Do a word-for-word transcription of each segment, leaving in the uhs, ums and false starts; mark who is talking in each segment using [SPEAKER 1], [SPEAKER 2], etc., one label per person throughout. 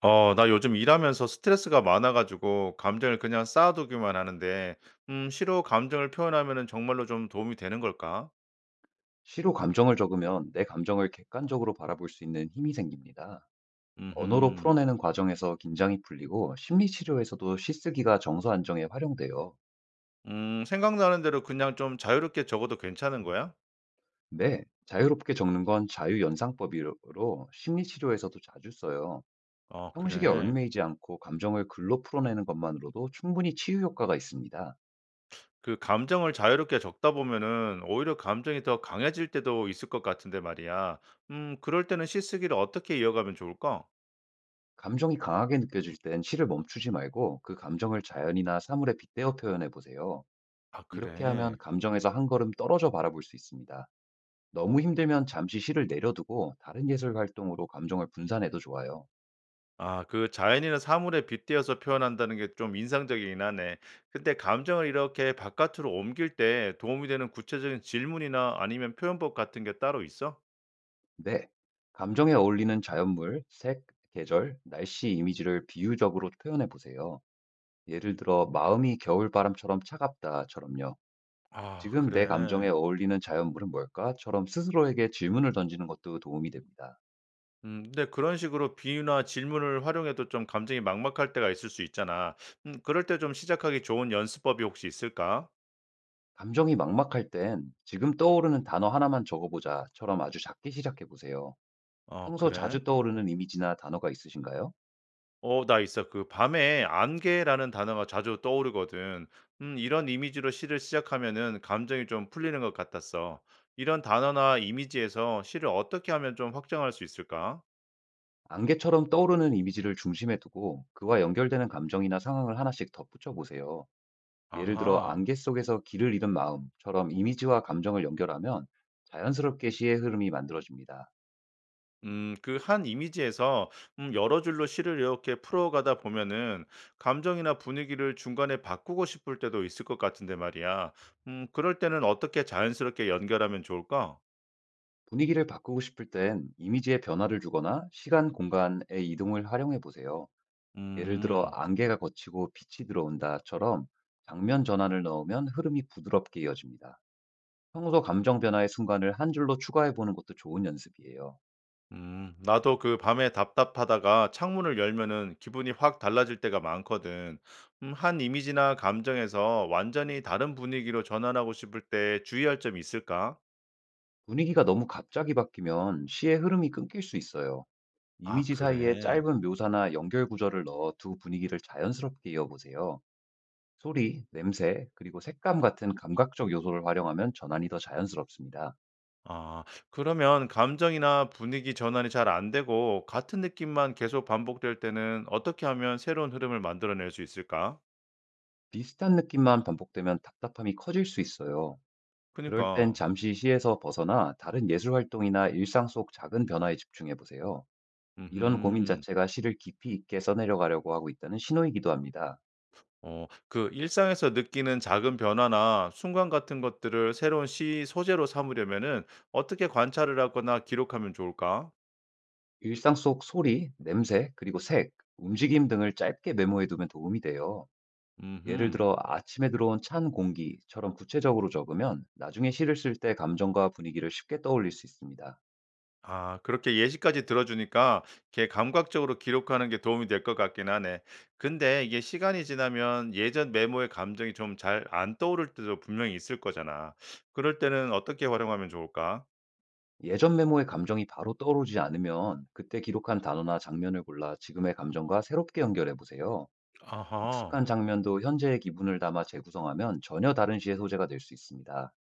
[SPEAKER 1] 어, 나 요즘 일하면서 스트레스가 많아 가지고 감정을 그냥 쌓아두기만 하는데, 음, 시로 감정을 표현하면은 정말로 좀 도움이 되는 걸까?
[SPEAKER 2] 시로 감정을 적으면 내 감정을 객관적으로 바라볼 수 있는 힘이 생깁니다. 언어로
[SPEAKER 1] 음
[SPEAKER 2] 풀어내는 과정에서 긴장이 풀리고 심리치료에서도 시쓰기가 정서 안정에 활용돼요.
[SPEAKER 1] 음, 생각나는 대로 그냥 좀 자유롭게 적어도 괜찮은 거야?
[SPEAKER 2] 네, 자유롭게 적는 건 자유연상법으로 심리치료에서도 자주 써요.
[SPEAKER 1] 어,
[SPEAKER 2] 형식에
[SPEAKER 1] 그래.
[SPEAKER 2] 얽매이지 않고 감정을 글로 풀어내는 것만으로도 충분히 치유 효과가 있습니다.
[SPEAKER 1] 그 감정을 자유롭게 적다 보면은 오히려 감정이 더 강해질 때도 있을 것 같은데 말이야. 음, 그럴 때는 시쓰기를 어떻게 이어가면 좋을까?
[SPEAKER 2] 감정이 강하게 느껴질 땐 시를 멈추지 말고 그 감정을 자연이나 사물에 빗대어 표현해 보세요.
[SPEAKER 1] 아,
[SPEAKER 2] 이렇게 하면
[SPEAKER 1] 그래.
[SPEAKER 2] 감정에서 한 걸음 떨어져 바라볼 수 있습니다. 너무 힘들면 잠시 시를 내려두고 다른 예술 활동으로 감정을 분산해도 좋아요.
[SPEAKER 1] 아, 그 자연이나 사물에 빗대어서 표현한다는 게 좀 인상적이긴 하네. 근데 감정을 이렇게 바깥으로 옮길 때 도움이 되는 구체적인 질문이나 아니면 표현법 같은 게 따로 있어?
[SPEAKER 2] 네, 감정에 어울리는 자연물, 색, 계절, 날씨 이미지를 비유적으로 표현해 보세요. 예를 들어, 마음이 겨울바람처럼 차갑다처럼요.
[SPEAKER 1] 아,
[SPEAKER 2] 지금 내 감정에
[SPEAKER 1] 그래.
[SPEAKER 2] 어울리는 자연물은 뭘까?처럼 스스로에게 질문을 던지는 것도 도움이 됩니다.
[SPEAKER 1] 음 근데 그런 식으로 비유나 질문을 활용해도 좀 감정이 막막할 때가 있을 수 있잖아. 음 그럴 때 좀 시작하기 좋은 연습법이 혹시 있을까?
[SPEAKER 2] 감정이 막막할 땐 지금 떠오르는 단어 하나만 적어보자처럼 아주 작게 시작해 보세요.
[SPEAKER 1] 아,
[SPEAKER 2] 평소
[SPEAKER 1] 그래?
[SPEAKER 2] 자주 떠오르는 이미지나 단어가 있으신가요?
[SPEAKER 1] 어, 나 있어. 그 밤에 안개라는 단어가 자주 떠오르거든. 음 이런 이미지로 시를 시작하면은 감정이 좀 풀리는 것 같았어. 이런 단어나 이미지에서 시를 어떻게 하면 좀 확장할 수 있을까?
[SPEAKER 2] 안개처럼 떠오르는 이미지를 중심에 두고 그와 연결되는 감정이나 상황을 하나씩 덧붙여 보세요. 예를 들어,
[SPEAKER 1] 아하.
[SPEAKER 2] 안개 속에서 길을 잃은 마음처럼 이미지와 감정을 연결하면 자연스럽게 시의 흐름이 만들어집니다.
[SPEAKER 1] 음 그 한 이미지에서 음 여러 줄로 시를 이렇게 풀어가다 보면은 감정이나 분위기를 중간에 바꾸고 싶을 때도 있을 것 같은데 말이야. 음 그럴 때는 어떻게 자연스럽게 연결하면 좋을까?
[SPEAKER 2] 분위기를 바꾸고 싶을 땐 이미지의 변화를 주거나 시간, 공간의 이동을 활용해 보세요. 예를 들어,
[SPEAKER 1] 음.
[SPEAKER 2] 안개가 걷히고 빛이 들어온다처럼 장면 전환을 넣으면 흐름이 부드럽게 이어집니다. 평소 감정 변화의 순간을 한 줄로 추가해 보는 것도 좋은 연습이에요.
[SPEAKER 1] 음, 나도 그 밤에 답답하다가 창문을 열면은 기분이 확 달라질 때가 많거든. 음, 한 이미지나 감정에서 완전히 다른 분위기로 전환하고 싶을 때 주의할 점이 있을까?
[SPEAKER 2] 분위기가 너무 갑자기 바뀌면 시의 흐름이 끊길 수 있어요.
[SPEAKER 1] 아,
[SPEAKER 2] 이미지 사이에
[SPEAKER 1] 그래.
[SPEAKER 2] 짧은 묘사나 연결 구절을 넣어 두 분위기를 자연스럽게 이어보세요. 소리, 냄새, 그리고 색감 같은 감각적 요소를 활용하면 전환이 더 자연스럽습니다.
[SPEAKER 1] 아, 그러면 감정이나 분위기 전환이 잘 안 되고 같은 느낌만 계속 반복될 때는 어떻게 하면 새로운 흐름을 만들어낼 수 있을까?
[SPEAKER 2] 비슷한 느낌만 반복되면 답답함이 커질 수 있어요. 그럴 땐
[SPEAKER 1] 그니까.
[SPEAKER 2] 잠시 시에서 벗어나 다른 예술 활동이나 일상 속 작은 변화에 집중해 보세요. 이런 고민
[SPEAKER 1] 음.
[SPEAKER 2] 자체가 시를 깊이 있게 써내려가려고 하고 있다는 신호이기도 합니다.
[SPEAKER 1] 어, 그 일상에서 느끼는 작은 변화나 순간 같은 것들을 새로운 시 소재로 삼으려면은 어떻게 관찰을 하거나 기록하면 좋을까?
[SPEAKER 2] 일상 속 소리, 냄새, 그리고 색, 움직임 등을 짧게 메모해 두면 도움이 돼요. 예를
[SPEAKER 1] 음흠.
[SPEAKER 2] 들어 아침에 들어온 찬 공기처럼 구체적으로 적으면 나중에 시를 쓸 때 감정과 분위기를 쉽게 떠올릴 수 있습니다.
[SPEAKER 1] 아, 그렇게 예시까지 들어주니까 걔 감각적으로 기록하는 게 도움이 될 것 같긴 하네. 근데 이게 시간이 지나면 예전 메모의 감정이 좀 잘 안 떠오를 때도 분명히 있을 거잖아. 그럴 때는 어떻게 활용하면 좋을까?
[SPEAKER 2] 예전 메모의 감정이 바로 떠오르지 않으면 그때 기록한 단어나 장면을 골라 지금의 감정과 새롭게 연결해 보세요. 익숙한
[SPEAKER 1] 아하.
[SPEAKER 2] 장면도 현재의 기분을 담아 재구성하면 전혀 다른 시의 소재가 될 수 있습니다.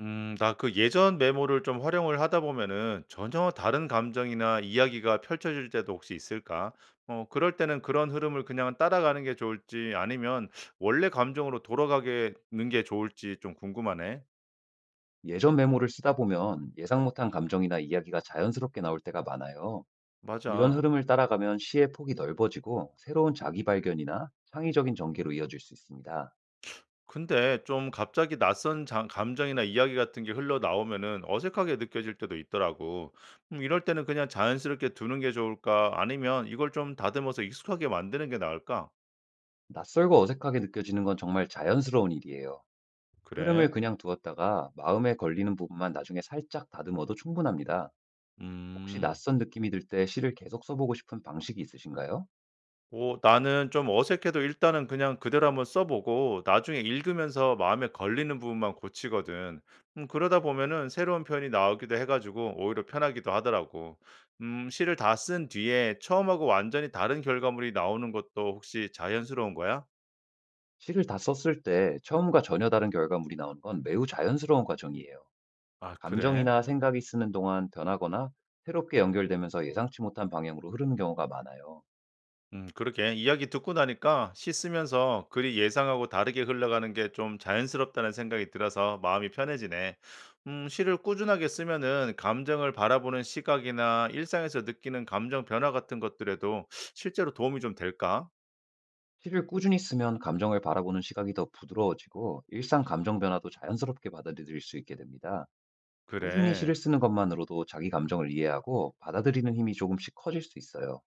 [SPEAKER 1] 음, 나 그 예전 메모를 좀 활용을 하다 보면은 전혀 다른 감정이나 이야기가 펼쳐질 때도 혹시 있을까? 어, 그럴 때는 그런 흐름을 그냥 따라가는 게 좋을지 아니면 원래 감정으로 돌아가게 는게 좋을지 좀 궁금하네.
[SPEAKER 2] 예전 메모를 쓰다 보면 예상 못한 감정이나 이야기가 자연스럽게 나올 때가 많아요. 이런
[SPEAKER 1] 맞아.
[SPEAKER 2] 흐름을 따라가면 시의 폭이 넓어지고 새로운 자기 발견이나 창의적인 전개로 이어질 수 있습니다.
[SPEAKER 1] 근데 좀 갑자기 낯선 장- 감정이나 이야기 같은 게 흘러나오면은 어색하게 느껴질 때도 있더라고. 음, 이럴 때는 그냥 자연스럽게 두는 게 좋을까? 아니면 이걸 좀 다듬어서 익숙하게 만드는 게 나을까?
[SPEAKER 2] 낯설고 어색하게 느껴지는 건 정말 자연스러운 일이에요. 흐름을
[SPEAKER 1] 그래.
[SPEAKER 2] 그냥 두었다가 마음에 걸리는 부분만 나중에 살짝 다듬어도 충분합니다. 혹시
[SPEAKER 1] 음.
[SPEAKER 2] 낯선 느낌이 들 때 시를 계속 써보고 싶은 방식이 있으신가요?
[SPEAKER 1] 오, 나는 좀 어색해도 일단은 그냥 그대로 한번 써 보고 나중에 읽으면서 마음에 걸리는 부분만 고치거든. 음 그러다 보면은 새로운 표현이 나오기도 해 가지고 오히려 편하기도 하더라고. 음 시를 다 쓴 뒤에 처음하고 완전히 다른 결과물이 나오는 것도 혹시 자연스러운 거야?
[SPEAKER 2] 시를 다 썼을 때 처음과 전혀 다른 결과물이 나오는 건 매우 자연스러운 과정이에요.
[SPEAKER 1] 아, 그래?
[SPEAKER 2] 감정이나 생각이 쓰는 동안 변하거나 새롭게 연결되면서 예상치 못한 방향으로 흐르는 경우가 많아요.
[SPEAKER 1] 음, 그러게. 이야기 듣고 나니까 시 쓰면서 글이 예상하고 다르게 흘러가는 게 좀 자연스럽다는 생각이 들어서 마음이 편해지네. 음, 시를 꾸준하게 쓰면은 감정을 바라보는 시각이나 일상에서 느끼는 감정 변화 같은 것들에도 실제로 도움이 좀 될까?
[SPEAKER 2] 시를 꾸준히 쓰면 감정을 바라보는 시각이 더 부드러워지고 일상 감정 변화도 자연스럽게 받아들일 수 있게 됩니다. 꾸준히
[SPEAKER 1] 그래.
[SPEAKER 2] 시를 쓰는 것만으로도 자기 감정을 이해하고 받아들이는 힘이 조금씩 커질 수 있어요.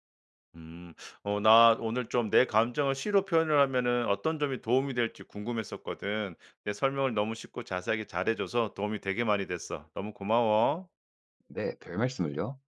[SPEAKER 1] 음, 어, 나 오늘 좀 내 감정을 시로 표현을 하면은 어떤 점이 도움이 될지 궁금했었거든. 내 설명을 너무 쉽고 자세하게 잘해줘서 도움이 되게 많이 됐어. 너무 고마워.
[SPEAKER 2] 네, 별 말씀을요.